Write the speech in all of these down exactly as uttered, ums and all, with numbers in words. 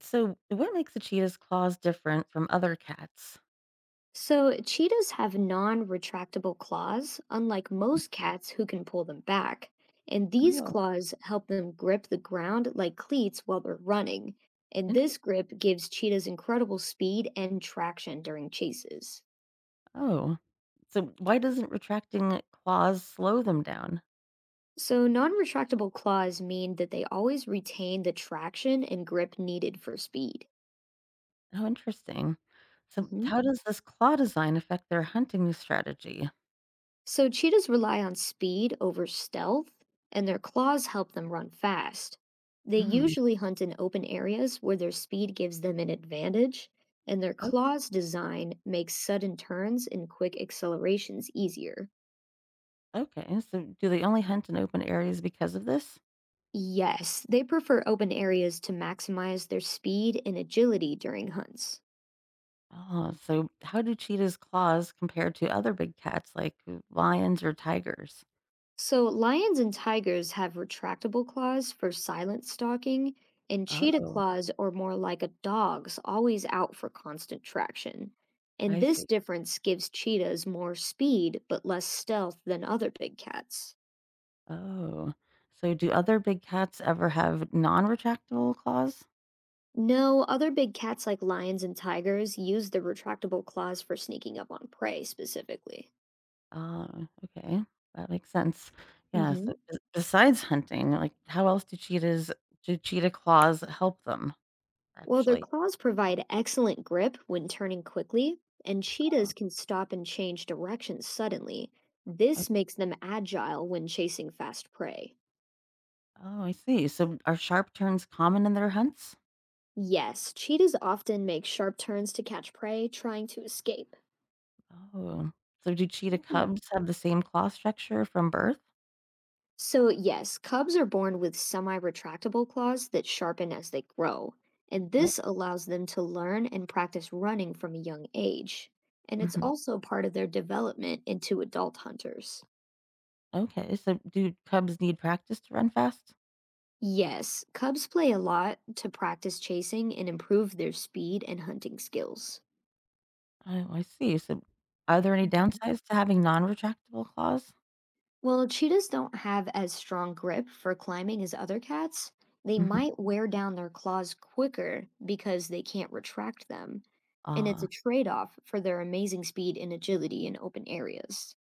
So, what makes a cheetah's claws different from other cats? So, cheetahs have non retractable claws, unlike most cats who can pull them back. And these Oh, claws help them grip the ground like cleats while they're running. And interesting. this grip gives cheetahs incredible speed and traction during chases. Oh, so why doesn't retracting claws slow them down? So, non retractable claws mean that they always retain the traction and grip needed for speed. Oh, interesting. So, Mhm. how does this claw design affect their hunting strategy? So cheetahs rely on speed over stealth, and their claws help them run fast. They Mm. usually hunt in open areas where their speed gives them an advantage, and their o- claws design makes sudden turns and quick accelerations easier. Okay. So, do they only hunt in open areas because of this? Yes, they prefer open areas to maximize their speed and agility during hunts. Oh, so how do cheetahs' claws compare to other big cats like lions or tigers? So, lions and tigers have retractable claws for silent stalking, and cheetah Oh, claws are more like a dog's, always out for constant traction. And I this see. difference gives cheetahs more speed but less stealth than other big cats. Oh, so do other big cats ever have non-retractable claws? No, other big cats like lions and tigers use their retractable claws for sneaking up on prey specifically. Uh, okay, that makes sense. Yeah, hmm so b- besides hunting, like how else do cheetahs do cheetah claws help them Well, their actually? claws provide excellent grip when turning quickly, and Oh, cheetahs can stop and change direction suddenly. o- This makes them agile when chasing fast prey. oh, I see. So are sharp turns common in their hunts? Yes, cheetahs often make sharp turns to catch prey trying to escape. Oh, so do cheetah Mm. cubs have the same claw structure from birth? So, yes, cubs are born with semi retractable claws that sharpen as they grow, and Oh, this allows them to learn and practice running from a young age. And it's mhm. also part of their development into adult hunters. Okay. So do cubs need practice to run fast? Yes, cubs play a lot to practice chasing and improve their speed and hunting skills. Oh, I see. So, are there any Mhm. downsides to having non-retractable claws? While cheetahs don't have as strong grip for climbing as other cats, they Mhm. might wear down their claws quicker because they can't retract them, and it's a Ah, trade off for their amazing speed and agility in open areas.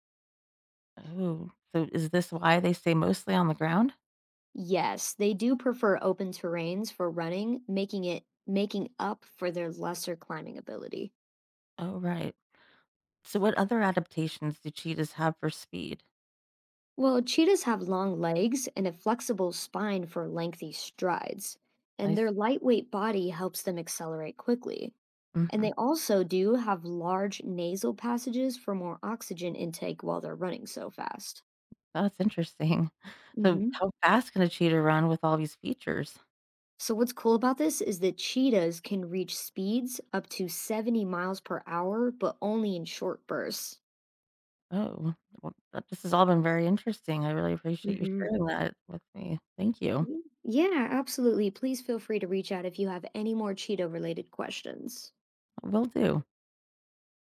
oh. So is this why they stay mostly on the ground? Yes, they do prefer open terrains for running, making it making up for their lesser climbing ability. Oh, right. So what other adaptations do cheetahs have for speed? Well, cheetahs have long legs and a flexible spine for lengthy strides, I and their see. lightweight body helps them accelerate quickly. And Hmm. they also do have large nasal passages for more oxygen intake while they're running so fast. That's interesting. So hmm how fast can a cheetah run with all these features? So, what's cool about this is that cheetahs can reach speeds up to seventy miles per hour, but only in short bursts. Oh, well, that- this has all been very interesting. I really appreciate you hmm sharing that with me. Thank you. Yeah, absolutely. Please feel free to reach out if you have any more cheetah related questions. Will do.